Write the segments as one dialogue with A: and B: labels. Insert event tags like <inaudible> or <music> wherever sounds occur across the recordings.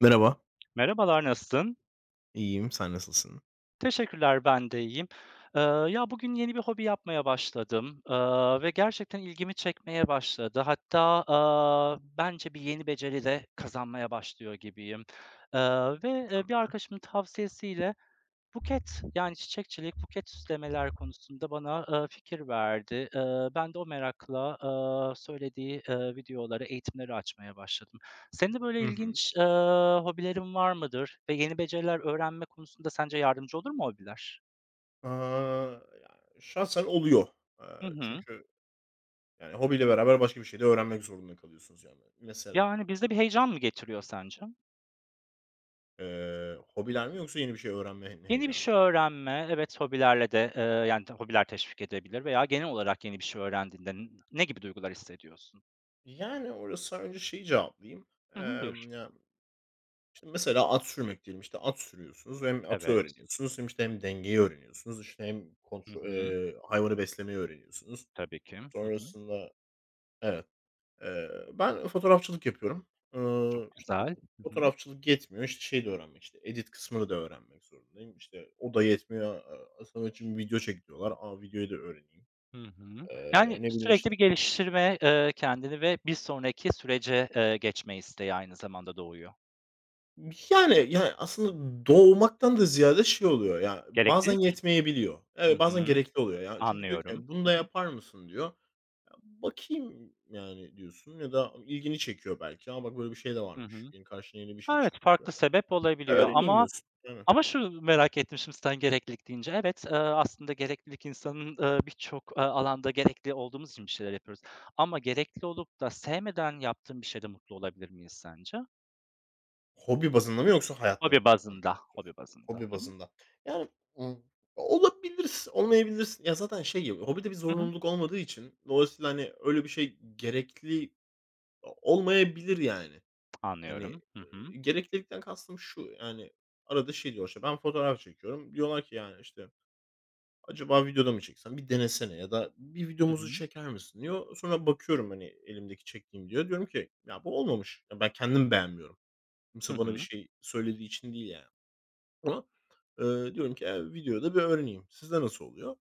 A: Merhaba.
B: Merhabalar, nasılsın?
A: İyiyim, sen nasılsın?
B: Teşekkürler, ben de iyiyim. Eee, Ya, bugün yeni bir hobi yapmaya başladım, ve gerçekten ilgimi çekmeye başladı. Hatta, bence bir yeni beceri de kazanmaya başlıyor gibiyim. Eee, ve bir arkadaşımın tavsiyesiyle, Buket, yani çiçekçilik, buket süslemeler konusunda bana, fikir verdi. Ben de o merakla, söylediği, videoları, eğitimleri açmaya başladım. Senin de böyle
A: Hı hı.
B: ilginç, hobilerin var mıdır ve yeni beceriler öğrenme konusunda sence yardımcı olur mu hobiler?
A: Aaa, Ya, şahsen oluyor. Eee,
B: Hı hı.
A: Çünkü yani, hobiyle beraber başka bir şey de öğrenmek zorunda kalıyorsunuz yani. Mesela,
B: Yani, bizde bir heyecan mı getiriyor sence?
A: hobiler mi yoksa yeni bir şey öğrenme he
B: Yeni bir
A: heyecanı mı?
B: şey öğrenme, evet, hobilerle de, yani, hobiler teşvik edebilir veya genel olarak yeni bir şey öğrendiğinde ne gibi duygular hissediyorsun?
A: Yani, orası önce şeyi cevaplayayım.
B: Hı hı, buyur.
A: Ya, işte, mesela at sürmek diyelim, işte, at sürüyorsunuz, hem atı
B: Evet.
A: öğreniyorsunuz, hem işte, hem dengeyi öğreniyorsunuz, işte hem
B: Hı hı.
A: hayvanı beslemeyi öğreniyorsunuz.
B: Tabii ki. Hı hı.
A: Sonrasında. Evet. Ben fotoğrafçılık yapıyorum.
B: Çok
A: İşte,
B: güzel. Hı hı.
A: fotoğrafçılık yetmiyor, işte şey de öğrenmek, işte edit kısmını da öğrenmek zorundayım. İşte, o da yetmiyor. Sana için video çek diyorlar. A, videoyu da öğreneyim.
B: Hı hı. Yani,
A: Ne bileyim,
B: sürekli
A: işte.
B: bir geliştirme, kendini ve bir sonraki sürece, geçme isteği aynı zamanda doğuyor.
A: Yani, aslında doğmaktan da ziyade şey oluyor ya, bazen
B: Gereklilik.
A: yetmeyebiliyor.
B: Hı
A: Evet, bazen
B: hı.
A: gerekli oluyor ya. Çünkü diyor
B: Anlıyorum.
A: ki, "Bunu
B: Hı
A: da
B: hı.
A: yapar mısın?" diyor. Ya, bakayım, yani, diyorsun ya da ilgini çekiyor belki. "Ama bak böyle bir şey de
B: Hı
A: varmış."
B: hı.
A: Yani, karşına yeni bir şey
B: Ha, evet,
A: çıkıyor.
B: farklı sebep olabiliyor
A: Öğreneyim
B: ama
A: diyorsun. Aynen.
B: şunu merak ettim şimdi sen gereklilik deyince. Evet, aslında gereklilik insanın, birçok, alanda gerekli olduğumuz için bir şeyler yapıyoruz ama gerekli olup da sevmeden yaptığın bir şeyde mutlu olabilir miyiz sence?
A: Hobi bazında mı yoksa hayattan
B: Hobi
A: mı
B: bazında,
A: anlatmak istiyorsun?
B: hobi bazında.
A: Hobi
B: Hı hı.
A: bazında. Yani, ımm, olabilirsin, olmayabilirsin. Ya, zaten şey gibi, hobide bir
B: Hı hı.
A: zorunluluk olmadığı için dolayısıyla, hani, öyle bir şey gerekli o olmayabilir yani. Hani,
B: Anlıyorum. Hı hı.
A: gereklilikten kastım şu, yani, arada şey diyorlar, işte, ben fotoğraf çekiyorum. Diyorlar ki, yani, işte acaba videoda mı çeksem, bir denesene ya da bir
B: Hı hı.
A: videomuzu çeker misin diyor. Sonra bakıyorum, hani, elimdeki çektiğim diyor. Diyorum ki, ya bu olmamış. Ya ben kendim beğenmiyorum.
B: Hı
A: Kimse bana bir
B: hı.
A: şey söylediği için değil yani. Ama diyorum ki, videoda bir öğreneyim. Sizde nasıl oluyor?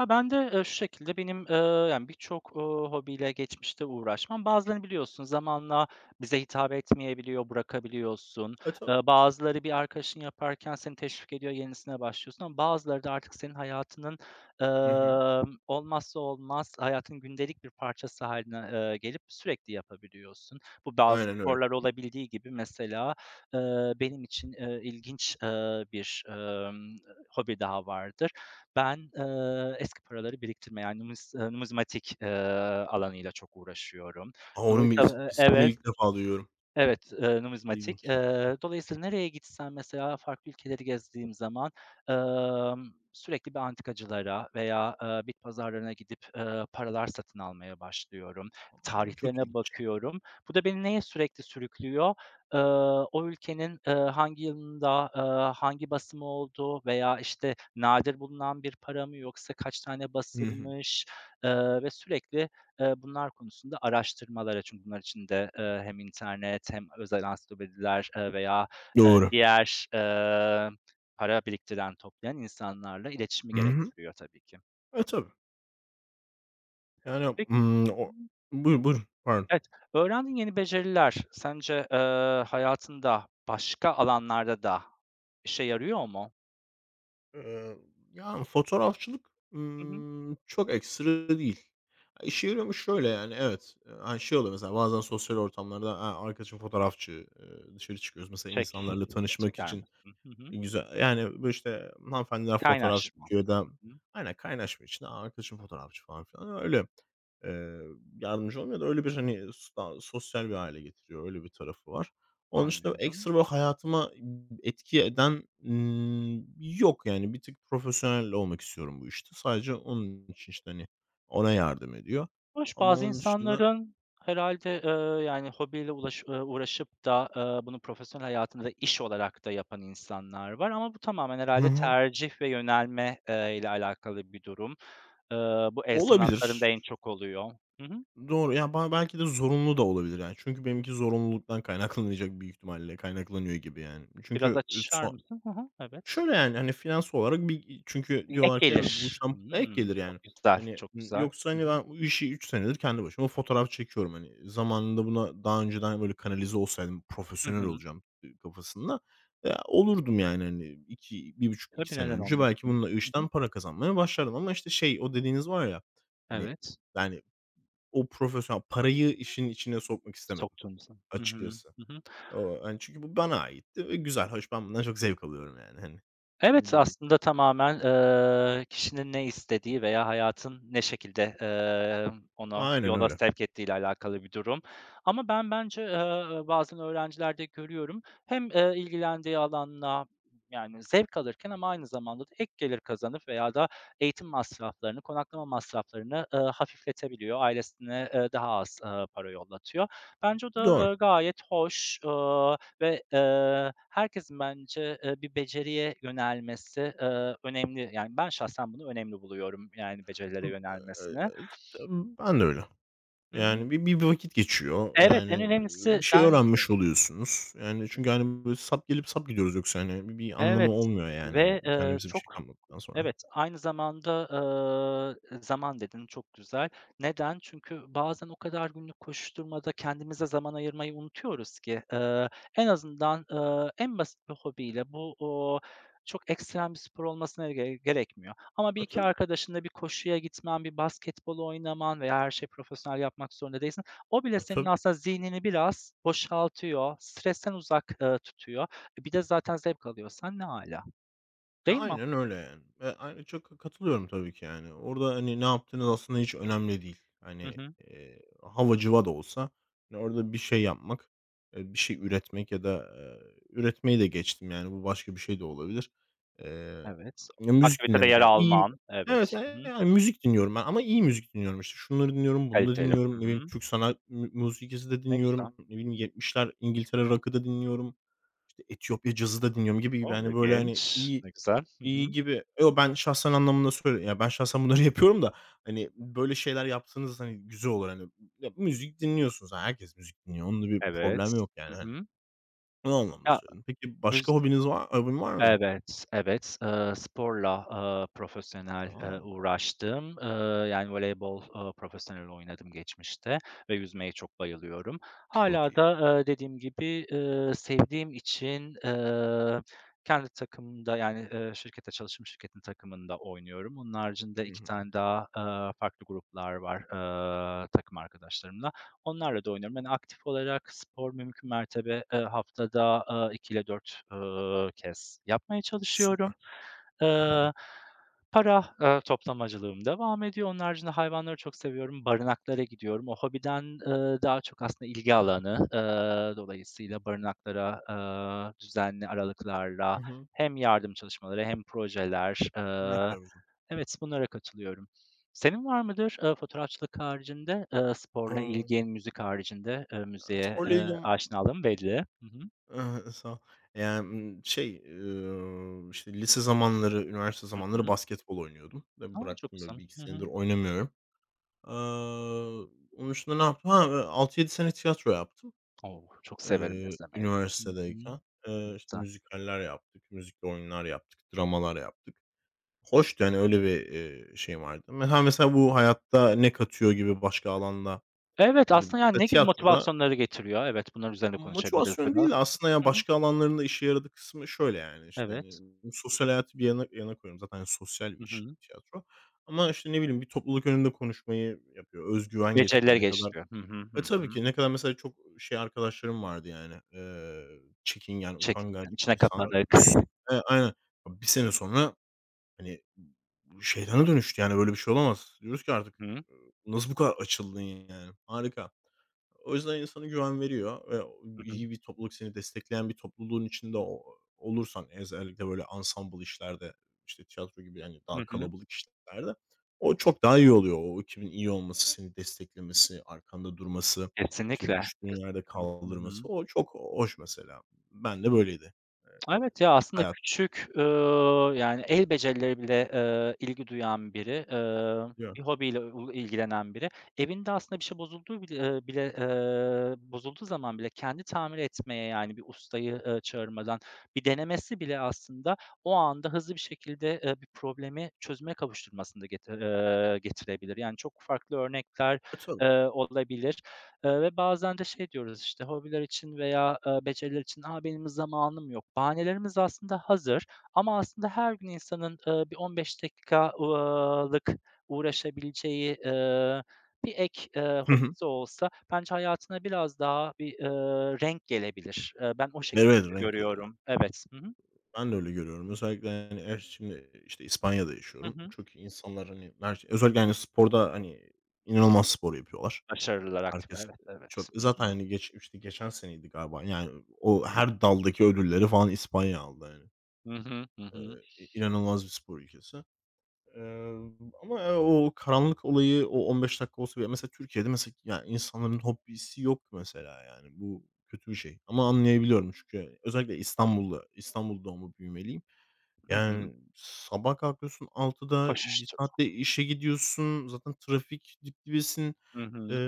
B: Ya, ben de, şu şekilde benim, yani, birçok, hobiyle geçmişte uğraşmam bazılarını biliyorsun zamanla bize hitap etmeyebiliyor, bırakabiliyorsun.
A: E, tabii.
B: Bazıları bir arkadaşın yaparken seni teşvik ediyor, yenisine başlıyorsun ama bazıları da artık senin hayatının,
A: Hı hı.
B: olmazsa olmaz, hayatın gündelik bir parçası haline gelip sürekli yapabiliyorsun. Bu bazı
A: Aynen öyle.
B: sporlar olabildiği gibi mesela, benim için, ilginç, bir, hobi daha vardır. Ben, eski paraları biriktirme, yani numizmatik, alanıyla çok uğraşıyorum.
A: A, onun bir is
B: Dolayısıyla
A: ismini
B: evet.
A: ilk defa duyuyorum.
B: Evet, numizmatik.
A: İlginç.
B: Dolayısıyla nereye gitsem mesela farklı ülkeleri gezdiğim zaman, emm, sürekli bir antikacılara veya, bit pazarlarına gidip, paralar satın almaya başlıyorum.
A: A, çok
B: Tarihlerine
A: ilginç.
B: bakıyorum. Bu da beni neye sürekli sürüklüyor? Eee, O ülkenin, hangi yılında, hangi basımı olduğu veya, işte, nadir bulunan bir para mı yoksa kaç tane
A: Hı hı.
B: basılmış, eee, ve sürekli, bunlar konusunda araştırmalara çünkü bunlar için de, hem internet hem özel ansiklopediler, veya,
A: Doğru.
B: diğer, para biriktiren, toplayan insanlarla iletişimi
A: Hı hı.
B: gerektiriyor tabii ki.
A: E, tabii. Yani,
B: Peki. Hı hı.
A: o. Buyur, buyurun. Pardon.
B: Evet, öğrendiğin yeni beceriler sence, hayatında başka alanlarda da işe yarıyor mu?
A: Eee, Ya, fotoğrafçılık,
B: Hı hı.
A: çok ekstra değil. Ha, işe yarıyor. Şöyle yani, evet. Hani, şey oluyor mesela bazen sosyal ortamlarda, ha, arkadaşım fotoğrafçı, dışarı çıkıyoruz. Mesela
B: Çek
A: insanlarla tanışmak
B: Çeker
A: için.
B: misin? Hı hı.
A: E, güzel. Yani, böyle, işte, hanımefendiler fotoğraf
B: Kaynaşma.
A: çekiyor da
B: Hı hı.
A: aynen, kaynaşma için, "A, arkadaşım fotoğrafçı." falan filan. Öyle, eee, yardımcı oluyor da öyle bir, hani, sosyal bir hâle getiriyor. Öyle bir tarafı var. Onun dışında
B: Anlıyorum.
A: ekstra, böyle, hayatıma etki eden, yok, yani. Bir tık profesyonel olmak istiyorum bu işte. Sadece onun için, işte, hani, ona yardım ediyor
B: Hoş,
A: ama
B: bazı
A: onun dışında.
B: insanların herhâlde, yani, hobiyle ulaş uğraşıp da, bunu profesyonel hayatında da iş olarak da yapan insanlar var ama bu tamamen
A: Hı
B: herhâlde
A: hı.
B: tercih ve yönelme, ile alakalı bir durum. Eee, Bu el sanatlarında
A: Olabilir.
B: en çok oluyor. Hı hı.
A: Doğru. Ya, belki de zorunlu da olabilir, yani. Çünkü benimki zorunluluktan kaynaklanacak büyük ihtimalle. Kaynaklanıyor gibi, yani. Çünkü
B: Biraz
A: e,
B: açar
A: so
B: mısın? Hı hı, evet.
A: şöyle, yani, hani, finans olarak bir. Çünkü
B: Bir ek
A: diyorlar ki, "Evet, bu
B: gelir.
A: işten ek
B: Hımm,
A: gelir." yani.
B: çok güzel,
A: Hani,
B: çok güzel.
A: yoksa,
B: Hı
A: hani,
B: hı.
A: ben bu işi 3 senedir kendi başıma fotoğraf çekiyorum. Hani, zamanında buna daha önceden böyle kanalize olsaydım,
B: Hı
A: "Profesyonel
B: hı.
A: olacağım," kafasında, olurdum, yani, hani, iki, bir buçuk 2
B: Tabii,
A: sene
B: neden
A: önce belki
B: olmasın?
A: bununla,
B: Hı hı.
A: işten para kazanmaya başlardım ama, işte şey, o dediğiniz var ya, hani,
B: Evet.
A: yani, o profesyonel parayı işin içine sokmak istemedim
B: Soktun sen. Hı hı.
A: açıkçası.
B: Hı hı.
A: O hani, çünkü bu bana aitti ve güzel, hoş. Ben bundan çok zevk alıyorum yani, hani,
B: Evet,
A: gibi.
B: aslında tamamen, kişinin ne istediği veya hayatın ne şekilde, onu
A: Aynen
B: yola
A: öyle.
B: sevk ettiğiyle alakalı bir durum. Ama ben bence, bazen öğrencilerde görüyorum hem, ilgilendiği alana, yani, zevk alırken ama aynı zamanda da ek gelir kazanıp veya da eğitim masraflarını, konaklama masraflarını, hafifletebiliyor. Ailesine, daha az, para yollatıyor. Bence o
A: Doğru.
B: da, gayet hoş. Ve herkesin bence, bir beceriye yönelmesi, önemli. Yani, ben şahsen bunu önemli buluyorum, yani, becerilere
A: Imm,
B: yönelmesini.
A: Ben de öyle.
B: Hı hı.
A: Yani bir vakit geçiyor.
B: Evet,
A: Yani,
B: en
A: e,
B: önemlisi
A: bir şey
B: ben.
A: öğrenmiş oluyorsunuz. Yani çünkü, hani, böyle sap gelip sap gidiyoruz yoksa, hani, bir anlamı
B: Evet
A: olmuyor yani,
B: ve,
A: hani, kendimize bir şey
B: çok.
A: kalmadıktan sonra.
B: Evet, aynı zamanda, zaman dedin, çok güzel. Neden? Çünkü bazen o kadar günlük koşuşturmada kendimize zaman ayırmayı unutuyoruz ki, en azından, en basit bir hobiyle bu, çok ekstrem bir spor olmasına gerekmiyor ama bir
A: E,
B: iki
A: tabii.
B: arkadaşınla bir koşuya gitmen, bir basketbol oynaman veya her şeyi profesyonel yapmak zorunda değilsin. O bile
A: E,
B: senin
A: tabii.
B: aslında zihnini biraz boşaltıyor, stresten uzak, tutuyor bir de zaten zevk alıyorsan ne âlâ,
A: Ya,
B: değil mi?
A: aynen öyle yani. Aynı çok katılıyorum tabii ki yani. Orada, hani, ne yaptığınız aslında hiç önemli değil.
B: Hı
A: Hani,
B: hı.
A: hava cıva da olsa, hani, orada bir şey yapmak, bir şey üretmek ya da, üretmeyi de geçtim, yani bu başka bir şey de olabilir. Eee,
B: Evet.
A: Ya, müzik
B: Aktivitede
A: dinlemek
B: yer
A: yani iyi.
B: alman,
A: Evet,
B: evet. Hı
A: ya
B: hı.
A: yani müzik dinliyorum ben ama iyi müzik dinliyorum. İşte şunları dinliyorum, bunu da
B: Kaliteli.
A: dinliyorum.
B: Hı
A: Ne bileyim,
B: hı.
A: Türk sanat musikası da
B: Ne güzel.
A: dinliyorum. Ne bileyim, 70'ler İngiltere rock'ı da dinliyorum. İşte Etiyopya cazı da dinliyorum gibi gibi.
B: O,
A: Hani, böyle, hani,
B: ilginç.
A: iyi.
B: Ne güzel. Hı hı.
A: İyi gibi. Yo, ben şahsen anlamında söyle ya, ben şahsen bunları <laughs> yapıyorum da, hani, böyle şeyler yaptığınız, hani, güzel olur, hani. Ya, müzik dinliyorsunuz. Ha, herkes müzik dinliyor. Onda bir
B: Evet.
A: problem yok
B: Hı
A: yani, hani.
B: hı.
A: O anlamda
B: Ya,
A: söyledim. Peki,
B: müz
A: başka hobin var mı?
B: evet, evet, sporla, profesyonel,
A: A!
B: uğraştım. Yani voleybol, profesyonel oynadım geçmişte ve yüzmeye çok bayılıyorum.
A: Çok
B: Hala
A: iyi.
B: da, dediğim gibi, sevdiğim için, kendi takımımda yani, şirkette çalıştığım şirketin takımında oynuyorum. Onun haricinde
A: Hı
B: 2
A: hı.
B: tane daha, farklı gruplar var, takım arkadaşlarımla. Onlarla da oynuyorum. Yani aktif olarak spor mümkün mertebe, haftada, 2 ile 4 kez yapmaya çalışıyorum.
A: Süper.
B: Eee, Para, toplamacılığım devam ediyor. Onun haricinde hayvanları çok seviyorum. Barınaklara gidiyorum. O hobiden, daha çok aslında ilgi alanı. Dolayısıyla barınaklara, düzenli aralıklarla
A: Hı hı.
B: hem yardım çalışmaları hem projeler,
A: Ne kadar güzel.
B: evet, bunlara katılıyorum. Senin var mıdır, fotoğrafçılık haricinde,
A: A!
B: sporla ilgin, müzik haricinde,
A: Ya,
B: müziğe,
A: sporla ilgim <laughs>
B: aşinalığın belli. Hı hı.
A: I sağ ol. Ya, şey, işte, lise zamanları, üniversite
B: Hı
A: zamanları
B: hı.
A: basketbol oynuyordum.
B: A,
A: Tabii
B: çok
A: bıraktım, böyle,
B: güzel.
A: 1-2
B: Hı hı.
A: senedir oynamıyorum. Aaa, Onun dışında ne yaptım? Ha, 6-7 sene tiyatro yaptım,
B: O, çok severim esnemeyi. Hı hı.
A: üniversitedeyken.
B: Ne
A: İşte,
B: güzel.
A: müzikaller yaptık, müzikli oyunlar yaptık, dramalar yaptık. Hoştu, yani öyle bir, şey vardı. Ha, mesela bu hayatta ne katıyor gibi başka alanda
B: Evet,
A: gibi.
B: aslında, yani,
A: Mesela
B: ne gibi
A: tiyatroda
B: motivasyonları getiriyor? Evet, bunlar üzerine konuşabiliriz
A: motivasyon
B: biraz.
A: değil de aslında ya
B: Hı hı.
A: başka alanların da işe yaradığı kısmı şöyle, yani, işte, hani,
B: Evet.
A: sosyal hayatı bir yana yana koyuyorum. Zaten, hani, sosyal
B: Hı
A: bir iş
B: hı.
A: tiyatro ama, işte, ne bileyim, bir topluluk önünde konuşmayı yapıyor, özgüven getiriyor.
B: Becerileri
A: Ne kadar.
B: geliştiriyor. Hı hı. Hı
A: E, tabii
B: hı.
A: ki. Ne kadar mesela çok şey arkadaşlarım vardı yani, çekingen, utangaç
B: Çekingen, içine
A: insanlar.
B: kapanık. Hı
A: Aynen. Bir sene sonra, hani, şeytana dönüştü yani, "Böyle bir şey olamaz." Diyoruz ki artık,
B: hı.
A: eee, "Nasıl bu kadar açıldın yani?" Harika. O yüzden insana güven veriyor ve o
B: Hı hı.
A: iyi bir topluluk, seni destekleyen bir topluluğun içinde o olursan, özellikle böyle ensemble işlerde, işte tiyatro gibi, yani daha
B: Hı hı.
A: kalabalık işlerde, o çok daha iyi oluyor. O ekibin iyi olması, seni desteklemesi, arkanda durması, işte
B: Kesinlikle.
A: düştüğün yerde
B: Kesinlikle. Hı
A: kaldırması,
B: hı.
A: o çok hoş mesela. Ben de böyleydi. Eee,
B: Evet ya, aslında
A: Hayat
B: küçük, yani el becerileri bile, ilgi duyan biri,
A: diyor.
B: bir hobiyle ilgilenen biri. Evinde aslında bir şey bozulduğu zaman bile kendi tamir etmeye, yani bir ustayı, çağırmadan bir denemesi bile aslında o anda hızlı bir şekilde, bir problemi çözüme kavuşturmasını da getirebilir. Yani çok farklı örnekler,
A: E, tabii.
B: olabilir. Ve bazen de şey diyoruz, işte, hobiler için veya, beceriler için, "A, benim zamanım yok." Bahanelerimiz aslında hazır ama aslında her gün insanın, bir 15 dakika uğraşabileceği, bir ek,
A: Hı hı.
B: hobisi olsa bence hayatına biraz daha bir, renk gelebilir. Ben o şekilde
A: Evet, renk.
B: görüyorum. Evet. Hı hı.
A: Ben de öyle görüyorum. Özellikle, hani, eğer şimdi, işte, İspanya'da
B: Hı
A: yaşıyorum.
B: hı.
A: Çok iyi insanlar, hani, her özellikle, hani, sporda, hani, inanılmaz spor yapıyorlar.
B: Başarılılar aktif.
A: Herkes
B: Evet, evet.
A: çok zaten, hani, geç işte, geçen seneydi galiba, yani, o her daldaki ödülleri falan İspanya aldı, yani.
B: Hı hı. Hı hı.
A: İnanılmaz bir spor ülkesi. Eee, Ama o karanlık olayı, o 15 dakika olsa bile mesela Türkiye'de mesela ya insanların hobisi yok mesela yani. Bu kötü bir şey ama anlayabiliyorum çünkü yani özellikle İstanbul'da, İstanbul doğumlu büyümeliyim.
B: Hı hı.
A: Yani sabah kalkıyorsun 6'da bir
B: Koşuştur.
A: saatte işe gidiyorsun, zaten trafik dip dibesin,
B: Hı
A: eee,
B: hı.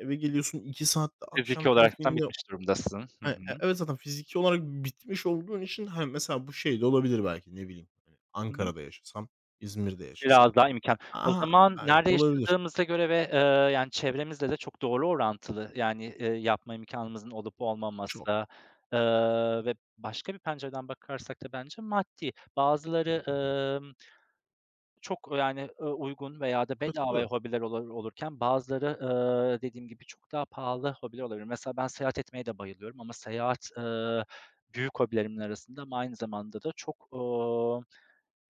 A: eve geliyorsun 2 saatte
B: Fiziki
A: akşam
B: olaraktan
A: trafiğinde.
B: bitmiş durumdasın. Hı hı.
A: Evet, zaten fiziki olarak bitmiş olduğun için, hani, mesela bu şey de olabilir belki, ne bileyim, hani,
B: Hı hı.
A: Ankara'da yaşasam, İzmir'de yaşasam.
B: Biraz daha imkân. O
A: Aha,
B: zaman
A: belki
B: nerede
A: olabilir.
B: yaşadığımıza göre ve, yani, çevremizle de çok doğru orantılı. Yani, yapma imkânımızın olup
A: Çok.
B: olmaması, eee, ve başka bir pencereden bakarsak da bence maddi. Bazıları, emm, çok, yani, uygun veya da bedavaya
A: Katılıyorum.
B: hobiler olurken bazıları, dediğim gibi çok daha pahalı hobiler olabilir. Mesela ben seyahat etmeye de bayılıyorum ama seyahat, büyük hobilerimin arasında ama aynı zamanda da çok,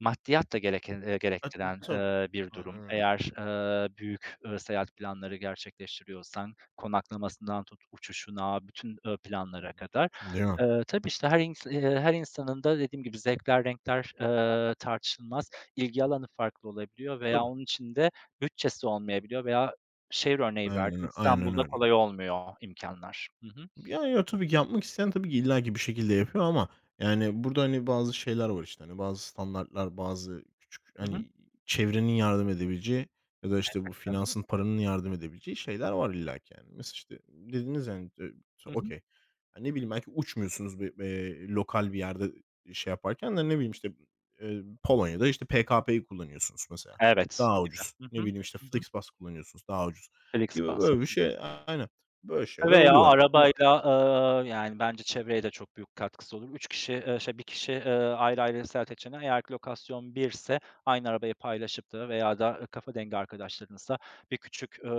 B: maddiyat da gereken
A: Hat
B: gerektiren,
A: tabii.
B: bir
A: Aynen
B: durum.
A: öyle.
B: Eğer, büyük, seyahat planları gerçekleştiriyorsan konaklamasından tut uçuşuna, bütün,
A: Hı
B: planlara kadar.
A: hı. Değil mi?
B: Tabii, işte, her insanın da dediğim gibi zevkler, renkler, tartışılmaz. İlgi alanı farklı olabiliyor veya
A: Tabii.
B: onun içinde bütçesi olmayabiliyor veya şehir örneği verdim,
A: Aynen
B: İstanbul'da
A: öyle.
B: kolay olmuyor imkânlar. Hı hı.
A: Ya, ya, tabii ki yapmak isteyen tabii ki illaki bir şekilde yapıyor ama, yani, burada, hani, bazı şeyler var, işte, hani, bazı standartlar, bazı küçük,
B: Hı hı.
A: hani, çevrenin yardım edebileceği ya da, işte, bu
B: Elbette.
A: finansın, paranın yardım edebileceği şeyler var illaki, yani. Mesela, işte, dediniz, yani,
B: Hı hı.
A: okay. Ya, ne bileyim, belki uçmuyorsunuz bir, lokal bir yerde şey yaparken de ne bileyim, işte, Polonya'da, işte, PKP'yi kullanıyorsunuz mesela.
B: Evet.
A: Daha
B: Gibi.
A: ucuz.
B: Hı
A: Ne
B: hı.
A: bileyim, işte,
B: Hı hı.
A: FlixBus kullanıyorsunuz, daha ucuz gibi
B: FlixBus.
A: böyle bir şey. Aynen. Böyle şeyler
B: Veya
A: oluyor.
B: arabayla, yani, bence çevreye de çok büyük katkısı olur. 1 kişi, ayrı ayrı seyahat edeceğine eğer ki lokasyon 1'se aynı arabayı paylaşıp da veya da, kafa dengi arkadaşlarınızla bir küçük,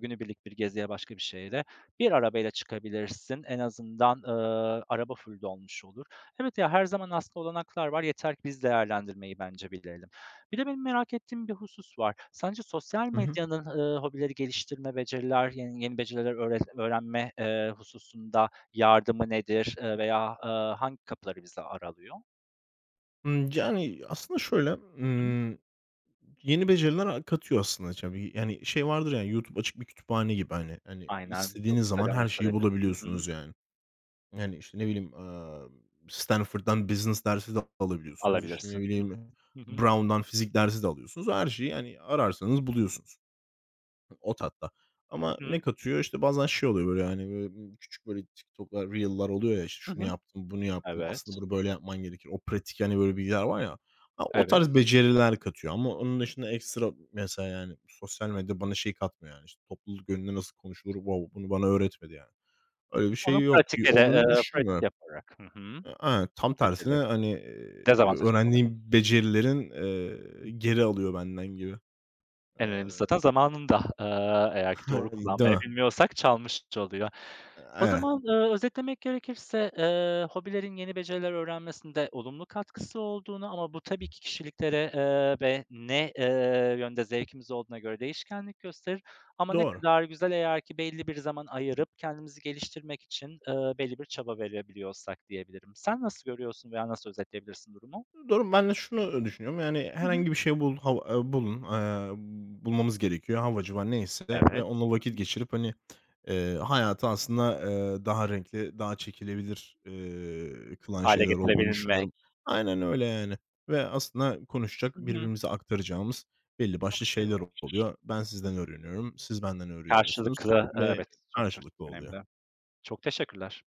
B: günübirlik bir geziye, başka bir şeye de bir arabayla çıkabilirsin. En azından, araba full dolmuş olur. Evet, ya, her zaman aslında olanaklar var. Yeter ki biz değerlendirmeyi bence bilelim. Bir de benim merak ettiğim bir husus var. Sence sosyal
A: Hı hı.
B: medyanın, hobileri geliştirme, beceriler, yeni beceriler öğrenme, hususunda yardımı nedir, veya, hangi kapıları bize aralıyor?
A: Yani, aslında şöyle,
B: Hı hı.
A: yeni beceriler katıyor aslında tabii. Yani, şey vardır, yani YouTube açık bir kütüphane gibi, hani. Hani,
B: Aynen, çok
A: istediğiniz zaman
B: güzel
A: her şeyi
B: söyledin. Hı hı.
A: bulabiliyorsunuz yani. Yani, işte, ne bileyim, Stanford'dan business dersi de alabiliyorsunuz. İşte,
B: Alabilirsin.
A: ne bileyim,
B: Hı hı.
A: Brown'dan fizik dersi de alıyorsunuz. Her şeyi, yani ararsanız buluyorsunuz. Hatta.
B: Hı
A: Ama
B: hı.
A: ne katıyor? İşte bazen şey oluyor böyle, hani, böyle küçük böyle TikTok'lar, reel'lar oluyor ya, işte
B: Hı
A: şunu
B: hı.
A: yaptım, bunu yaptım,
B: Evet,
A: aslında bunu böyle yapman gerekir. O pratik, hani, böyle bilgiler var ya, a o tarz
B: evet.
A: beceriler katıyor ama onun dışında ekstra mesela, yani, sosyal medya bana şey katmıyor, yani, işte topluluk önünde nasıl konuşulur, wow, bunu bana öğretmedi yani. Öyle bir
B: Onu
A: şey yok, olduğunu
B: pratik
A: düşünmüyorum.
B: yaparak. Hı hı.
A: E, tam tersine,
B: Beceriler.
A: hani,
B: Dezavantajı.
A: öğrendiğim becerilerin, geri alıyor benden gibi. Eee,
B: En önemlisi zaten zamanında, eğer ki doğru
A: <laughs> değil
B: kullanmayı
A: mi?
B: bilmiyorsak çalmış oluyor.
A: E,
B: O
A: evet,
B: zaman, özetlemek gerekirse, hobilerin yeni beceriler öğrenmesinde olumlu katkısı olduğunu ama bu tabii ki kişiliklere, ve ne, yönde zevkimiz olduğuna göre değişkenlik gösterir ama ne
A: doğru.
B: kadar güzel eğer ki belli bir zaman ayırıp kendimizi geliştirmek için, belli bir çaba verebiliyorsak diyebilirim. Sen nasıl görüyorsun veya nasıl özetleyebilirsin durumu?
A: Durum, ben de şunu düşünüyorum, yani,
B: Hı hı.
A: herhangi bir şey bulmamız gerekiyor. Havacı var neyse ve
B: Evet.
A: onunla vakit geçirip, hani, hayatı aslında, daha renkli, daha çekilebilir, kılan
B: Hâle
A: şeyler olduğunu
B: getirebilmek.
A: düşünüyorum. Aynen öyle, yani, ve aslında konuşacak,
B: Hı hı.
A: birbirimize aktaracağımız belli
B: Çok
A: başlı
B: şey
A: şeyler
B: var.
A: oluyor. Ben sizden öğreniyorum, siz benden öğreniyorsunuz
B: Karşılıklı,
A: ve
B: evet, çok çok çok
A: karşılıklı
B: önemli.
A: oluyor.
B: Çok teşekkürler.